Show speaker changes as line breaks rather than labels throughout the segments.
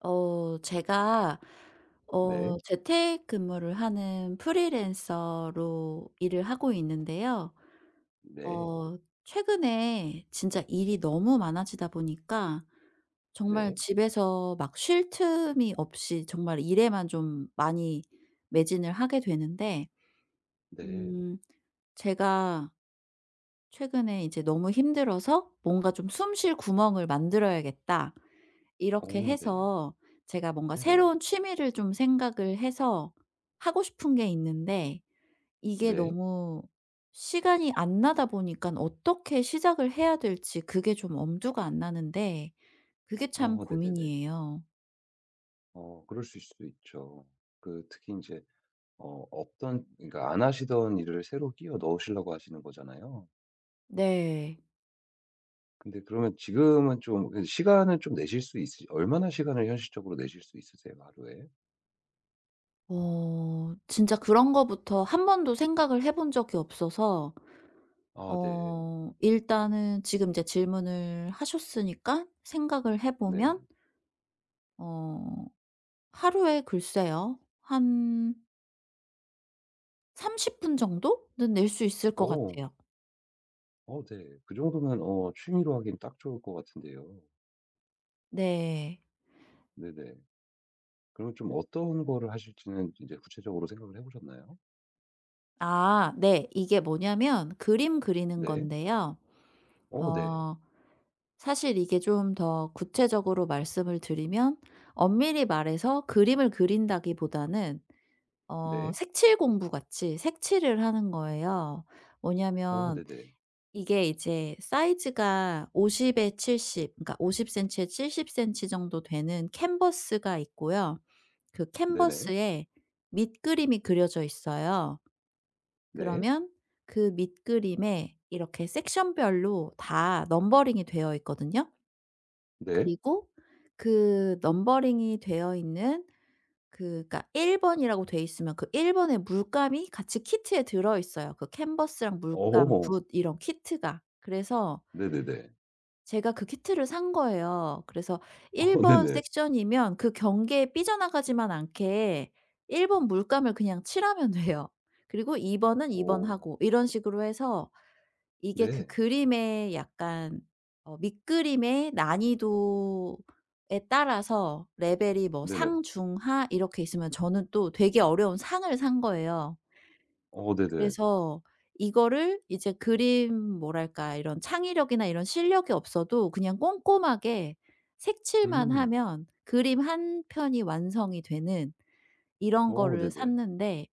제가
네.
재택근무를 하는 프리랜서로 일을 하고 있는데요.
네.
어 최근에 진짜 일이 너무 많아지다 보니까 정말
네.
집에서 막 쉴 틈이 없이 정말 일에만 좀 많이 매진을 하게 되는데
네.
음 제가 최근에 이제 너무 힘들어서 '뭔가 좀 숨쉴 구멍을 만들어야겠다.' 이렇게
네.
해서 제가 뭔가
네네.
새로운 취미를 좀 생각을 해서 하고 싶은 게 있는데 이게
네.
너무 시간이 안 나다 보니까 어떻게 시작을 해야 될지 그게 좀 엄두가 안 나는데 그게 참
네네네.
고민이에요.
그럴 수있을 수도 있죠. 그 특히 이제 없던 그러니까 안 하시던 일을 새로 끼워 넣으시려고 하시는 거잖아요.
네.
근데 그러면 지금은 좀 그 시간을 좀 내실 수 있으 얼마나 시간을 현실적으로 내실 수 있으세요 하루에?
진짜 그런 거부터 한 번도 생각을 해본 적이 없어서
아 네.
일단은 지금 이제 질문을 하셨으니까 생각을 해
네.
보면 어 하루에 글쎄요. 한 30분 정도는 낼 수 있을 것
어.
같아요.
네. 그 정도면 취미로 하긴 딱 좋을 것 같은데요.
네.
네네. 그럼 좀 어떤 거를 하실지는 이제 구체적으로 생각을 해 보셨나요?
아 네. 이게 뭐냐면 그림 그리는
네.
건데요.
네.
어 사실 이게 좀 더 구체적으로 말씀을 드리면 엄밀히 말해서 그림을 그린다기보다는
네.
색칠 공부 같이 색칠을 하는 거예요. 뭐냐면
네네.
이게 이제 사이즈가 50에 70, 그러니까 50 센티에 70 센티 정도 되는 캔버스가 있고요. 그
네네.
캔버스에 밑그림이 그려져 있어요.
네.
그러면 그 밑그림에 이렇게 섹션별로 다 넘버링이 되어 있거든요.
네.
그리고 그 넘버링이 되어 있는 그 그니까 1 번이라고 돼 있으면 그 1 번의 물감이 같이 키트에 들어 있어요. 그 캔버스랑 물감,
어.
붓 이런 키트가. 그래서
네네네.
제가 그 키트를 산 거예요. 그래서 1번
네네.
섹션이면 그 경계에 삐져나가지만 않게 1번 물감을 그냥 칠하면 돼요. 그리고 2 번은 2번
어.
하고 이런 식으로 해서 이게 그
네.
그림의 약간 밑그림의 난이도에 따라서 레벨이 뭐
네네.
상, 중, 하 이렇게 있으면 저는 또 되게 어려운 상을 산 거예요.
네네.
그래서 이거를 이제 그림 뭐랄까 이런 창의력이나 이런 실력이 없어도 그냥 꼼꼼하게 색칠만
음.
하면 그림 한 편이 완성이 되는 이런 거를
네네.
샀는데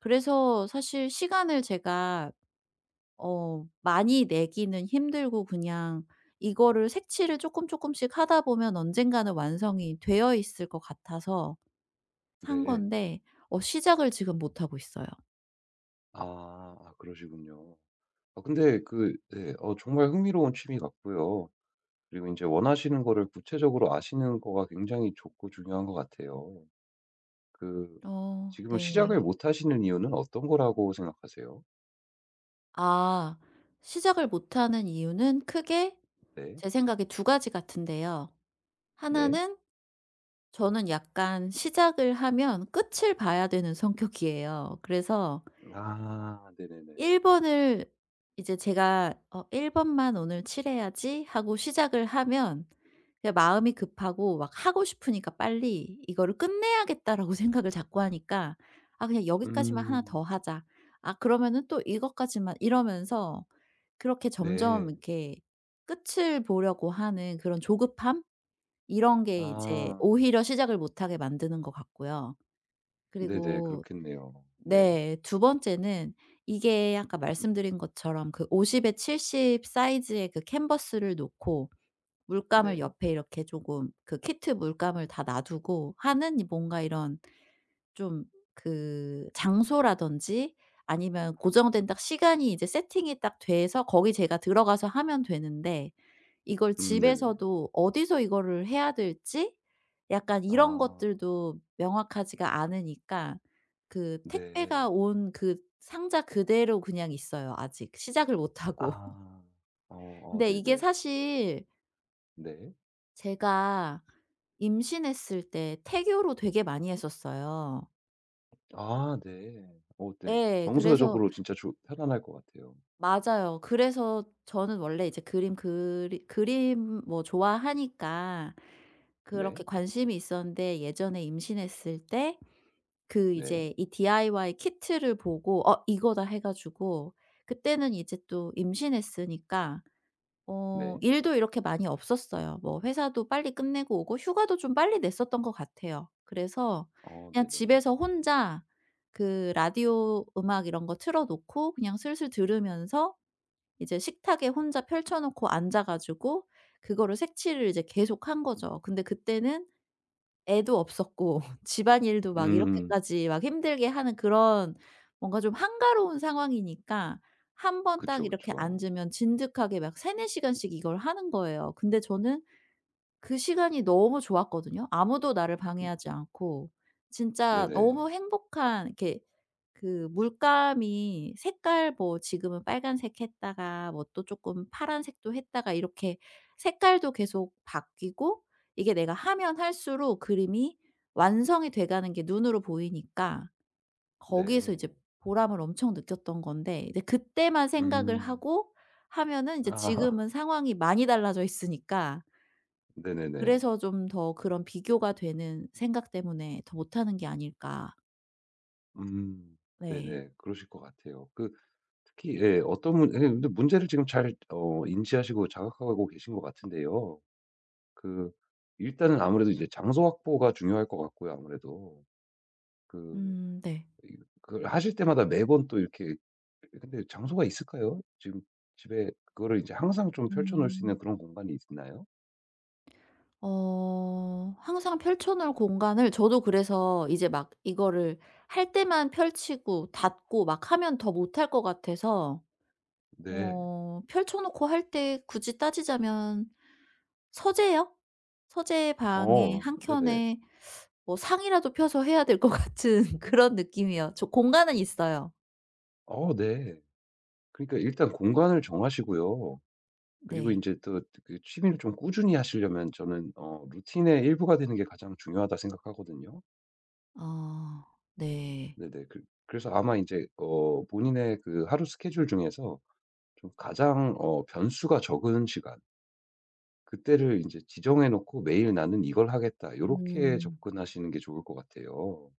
그래서 사실 시간을 제가 많이 내기는 힘들고 그냥 이거를 색칠을 쪼끔 쪼끔씩 하다 보면 언젠가는 완성이 되어 있을 것 같아서 산
네.
건데 시작을 지금 못 하고 있어요.
아. 아 그러시군요. 아 근데 그 네. 정말 흥미로운 취미 같고요. 그리고 이제 원하시는 거를 구체적으로 아시는 거가 굉장히 좋고 중요한 것 같아요. 그 지금은
네.
시작을 못 하시는 이유는 어떤 거라고 생각하세요?
아. 시작을 못하는 이유는 크게
네.
제 생각에 두 가지 같은데요.
네.
하나는 저는 약간 시작을 하면 끝을 봐야 되는 성격이에요. 그래서
아 네네네.
1 번을 이제 제가 '어 1 번만 오늘 칠해야지.' 하고 시작을 하면 그냥 마음이 급하고 막 하고 싶으니까 빨리 '이거를 끝내야겠다.'라고 생각을 자꾸 하니까 '아 그냥 여기까지만 하나 더
음.
하자. 아 그러면은 또 이것까지만.' 이러면서 그렇게 점점
네.
이렇게 끝을 보려고 하는 그런 조급함? 이런 게 이제
아.
오히려 시작을 못하게 만드는 것 같고요.
네네.
그리고
그렇겠네요. 네.
네. 두 번째는 이게 아까 말씀드린 것처럼 그 50에 70 사이즈의 그 캔버스를 놓고 물감을
네.
옆에 이렇게 조금 그 키트 물감을 다 놔두고 하는 이 뭔가 이런 좀 그 장소라든지 아니면 고정된 딱 시간이 이제 세팅이 딱 돼서 거기 제가 들어가서 하면 되는데 이걸
네네.
집에서도 어디서 이거를 해야 될지 약간 이런
아.
것들도 명확하지가 않으니까 그
네.
택배가 온 그 상자 그대로 그냥 있어요 아직. 시작을 못 하고.
아. 어어
근데 이게
네네.
사실
네.
제가 임신했을 때 태교로 되게 많이 했었어요.
아 네. 네.
예. 그래서
정서적으로 진짜 좋 편안할 것 같아요.
맞아요. 그래서 저는 원래 이제 그림 뭐 좋아하니까
네.
그렇게 관심이 있었는데 예전에 임신했을 때 그
네.
이제 이 DIY 키트를 보고 '어 이거다.' 해 가지고 그때는 이제 또 임신했으니까
네.
일도 이렇게 많이 없었어요. 뭐 회사도 빨리 끝내고 오고 휴가도 좀 빨리 냈었던 것 같아요. 그래서 그냥
네네.
집에서 혼자 그 라디오 음악 이런 거 틀어 놓고 그냥 슬슬 들으면서 이제 식탁에 혼자 펼쳐 놓고 앉아 가지고 그거를 색칠을 이제 계속한 거죠. 근데 그때는 애도 없었고 집안일도 막
음음.
이렇게까지 막 힘들게 하는 그런 뭔가 좀 한가로운 상황이니까 한 번
그쵸,
딱 이렇게
그쵸.
앉으면 진득하게 막 세네 시간씩 이걸 하는 거예요. 근데 저는 그 시간이 너무 좋았거든요. 아무도 나를
음
방해하지 않고 진짜
네네.
너무 행복한 이렇게 그 물감이 색깔 뭐 지금은 빨간색 했다가 뭐 또 조금 파란색도 했다가 이렇게 색깔도 계속 바뀌고 이게 내가 하면 할수록 그림이 완성이 돼 가는 게 눈으로 보이니까 거기에서 이제
네.
보람을 엄청 느꼈던 건데 이제 그때만 생각을
음.
하고 하면은 이제
아.
지금은 상황이 많이 달라져 있으니까
네네네.
그래서 좀 더 그런 비교가 되는 생각 때문에 더 못하는 게 아닐까.
음.
네.
네네. 그러실 것 같아요. 그 특히 어떤 문 예 근데 문제를 지금 잘 인지하시고 자각하고 계신 것 같은데요. 그 일단은 아무래도 이제 장소 확보가 중요할 것 같고요 아무래도. 그
네.
이 그걸 하실 때마다 매번 또 이렇게 근데 장소가 있을까요? 지금 집에 그거를 이제 항상 좀 펼쳐 놓을 수 있는
음.
그런 공간이 있나요?
항상 펼쳐 놓을 공간을 저도 그래서 이제 막 이거를 할 때만 펼치고 닫고 막 하면 더 못할 것 같아서
네.
펼쳐 놓고 할 때 굳이 따지자면 서재요? 서재 방의
네네.
한켠에 뭐 상이라도 펴서 해야 될 것 같은 그런 느낌이요. 저 공간은 있어요.
네. 그러니까 일단 공간을 정하시고요. 그리고 이
네.
제 또 그 취미를 좀 꾸준히 하시려면 저는 루틴의 일부가 되는 게 가장 중요하다 생각하거든요.
아 네.
네네. 그 그래서 아마 이제 본인의 그 하루 스케줄 중에서 좀 가장 변수가 적은 시간 그때를 이제 지정해 놓고 '매일 나는 이걸 하겠다.' 요렇게
음
접근하시는 게 좋을 것 같아요.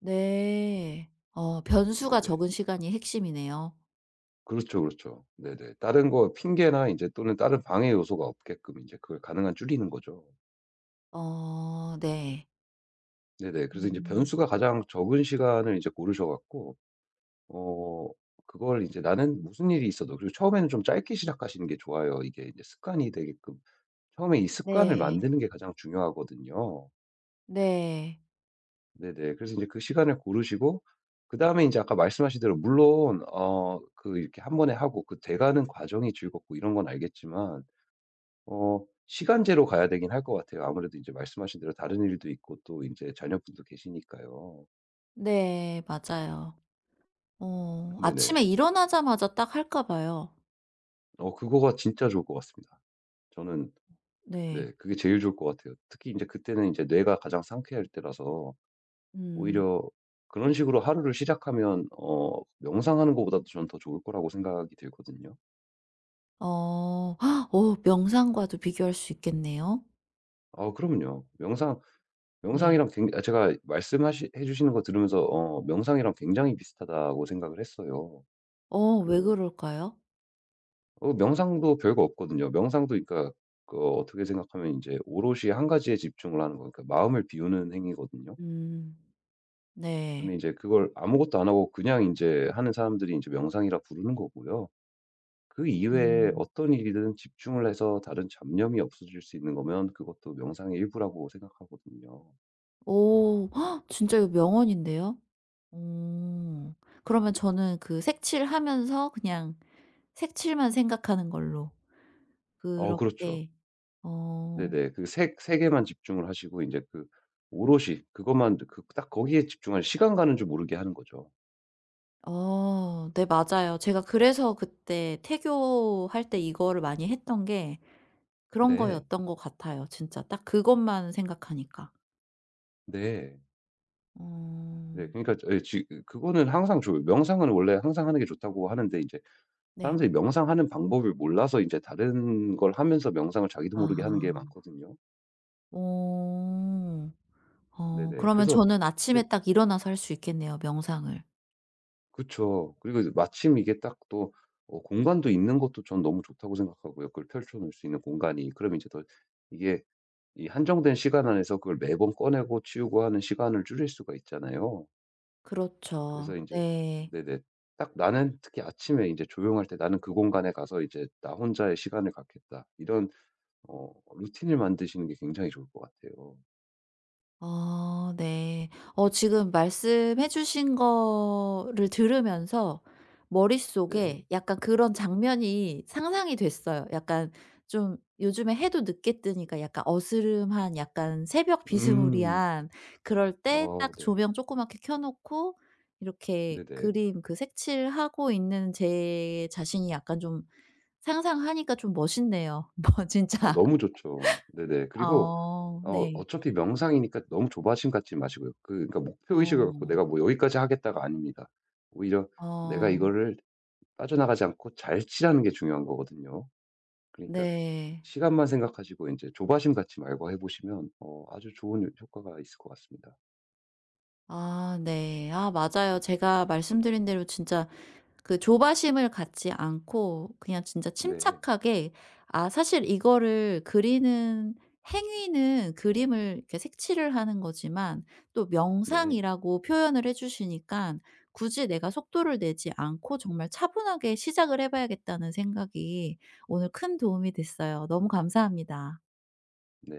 네. 변수가
네네.
적은 시간이 핵심이네요.
그렇죠, 그렇죠. 네네. 다른 거 핑계나 이제 또는 다른 방해 요소가 없게끔 이제 그걸 가능한 줄이는 거죠.
네.
네네. 그래서 이제
음.
변수가 가장 적은 시간을 이제 고르셔 갖고 어 그걸 이제 나는 무슨 일이 있어도 그리고 처음에는 좀 짧게 시작하시는 게 좋아요. 이게 이제 습관이 되게끔. 처음에 이 습관을
네.
만드는 게 가장 중요하거든요.
네.
네네. 그래서 이제 그 시간을 고르시고 그다음에 이제 아까 말씀하신 대로 물론 그 이렇게 한 번에 하고 그 돼가는 과정이 즐겁고 이런 건 알겠지만 시간제로 가야 되긴 할 것 같아요. 아무래도 이제 말씀하신 대로 다른 일도 있고 또 이제 자녀분도 계시니까요.
네. 맞아요.
네네.
아침에 일어나자마자 딱 할까 봐요.
그거가 진짜 좋을 것 같습니다. 저는
네.
네. 그게 제일 좋을 것 같아요. 특히 이제 그때는 이제 뇌가 가장 상쾌할 때라서
음.
오히려 그런 식으로 하루를 시작하면 명상하는 것보다도 저는 더 좋을 거라고 생각이 들거든요.
어. 명상과도 비교할 수 있겠네요.
아 그럼요.
네.
명상이랑 굉 아 제가 말씀하시 해 주시는 거 들으면서 명상이랑 굉장히 비슷하다고 생각을 했어요.
왜
그
그럴까요?
명상도 별거 없거든요. 명상도 그러니까 그 어떻게 생각하면 이제 오롯이 한 가지에 집중을 하는 거니까 마음을 비우는 행위거든요.
음.
근데
네.
이제 그걸 아무것도 안 하고 그냥 이제 하는 사람들이 이제 명상이라 부르는 거고요. 그 이외에
음.
어떤 일이든 집중을 해서 다른 잡념이 없어질 수 있는 거면 그것도 명상의 일부라고 생각하거든요.
오, 진짜 이거 명언인데요. 어. 그러면 저는 그 색칠하면서 그냥 색칠만 생각하는 걸로.
그렇죠.
그렇게. 어.
네네. 그색세 개만 집중을 하시고 이제 그 오롯이 그것만 그 딱 거기에 집중할 시간 가는 줄 모르게 하는 거죠.
네. 맞아요. 제가 그래서 그때 태교할 때 이거를 많이 했던 게 그런
네.
거였던 것 같아요. 진짜 딱 그것만 생각하니까.
네.
어
네. 그러니까 저 예 지 그거는 항상 좋아요. 명상은 원래 항상 하는 게 좋다고 하는데 이제
네.
사람들이 명상하는 방법을 몰라서 이제 다른 걸 하면서 명상을 자기도 모르게 하는 게
아.
많거든요.
오,
네네.
그러면
그래서
저는
근데
아침에 딱 일어나서 할 수 있겠네요, 명상을.
그쵸. 그리고 이제 마침 이게 딱 또 공간도 있는 것도 전 너무 좋다고 생각하고요. 그걸 펼쳐 놓을 수 있는 공간이. 그럼 이제 더 이게 이 한정된 시간 안에서 그걸 매번 꺼내고 치우고 하는 시간을 줄일 수가 있잖아요.
그렇죠.
그래서 이제
네.
네네. 딱 나는 특히 아침에 이제 조용할 때 '나는 그 공간에 가서 이제 나 혼자의 시간을 갖겠다.' 이런 루틴을 만드시는 게 굉장히 좋을 것 같아요.
네. 지금 말씀해 주신 거를 들으면서
네.
머릿속에 약간 그런 장면이 상상이 됐어요. 약간 좀 요즘에 해도 늦게 뜨니까 약간 어스름한 약간 새벽
음.
비스무리한 그럴 때 딱
네.
조명 조그맣게 켜 놓고 이렇게
네네.
그림 그 색칠하고 있는 제 자신이 약간 좀 상상하니까 좀 멋있네요. 뭐
아
진짜.
너무 좋죠. 네네. 그리고
네.
어차피 명상이니까 너무 조바심 갖지 마시고요. 그 그러니까 목표 의식을 갖고
어.
'내가 뭐 여기까지 하겠다.'가 아닙니다. 오히려 내가
어.
이거를 빠져나가지 않고 잘 치라는 게 중요한 거거든요. 그러니까
네.
시간만 생각하시고 이제 조바심 갖지 말고 해 보시면 아주 좋은 효과가 있을 것 같습니다.
아 네. 아 맞아요. 제가 말씀드린 대로 진짜 그 조바심을 갖지 않고 그냥 진짜
네.
침착하게, 아 사실 이거를 그리는 행위는 그림을 이렇게 색칠을 하는 거지만 또
네.
명상이라고 표현을 해주시니까 굳이 내가 속도를 내지 않고 정말 차분하게 시작을 해 봐야겠다는 생각이 오늘 큰 도움이 됐어요. 너무 감사합니다.
네.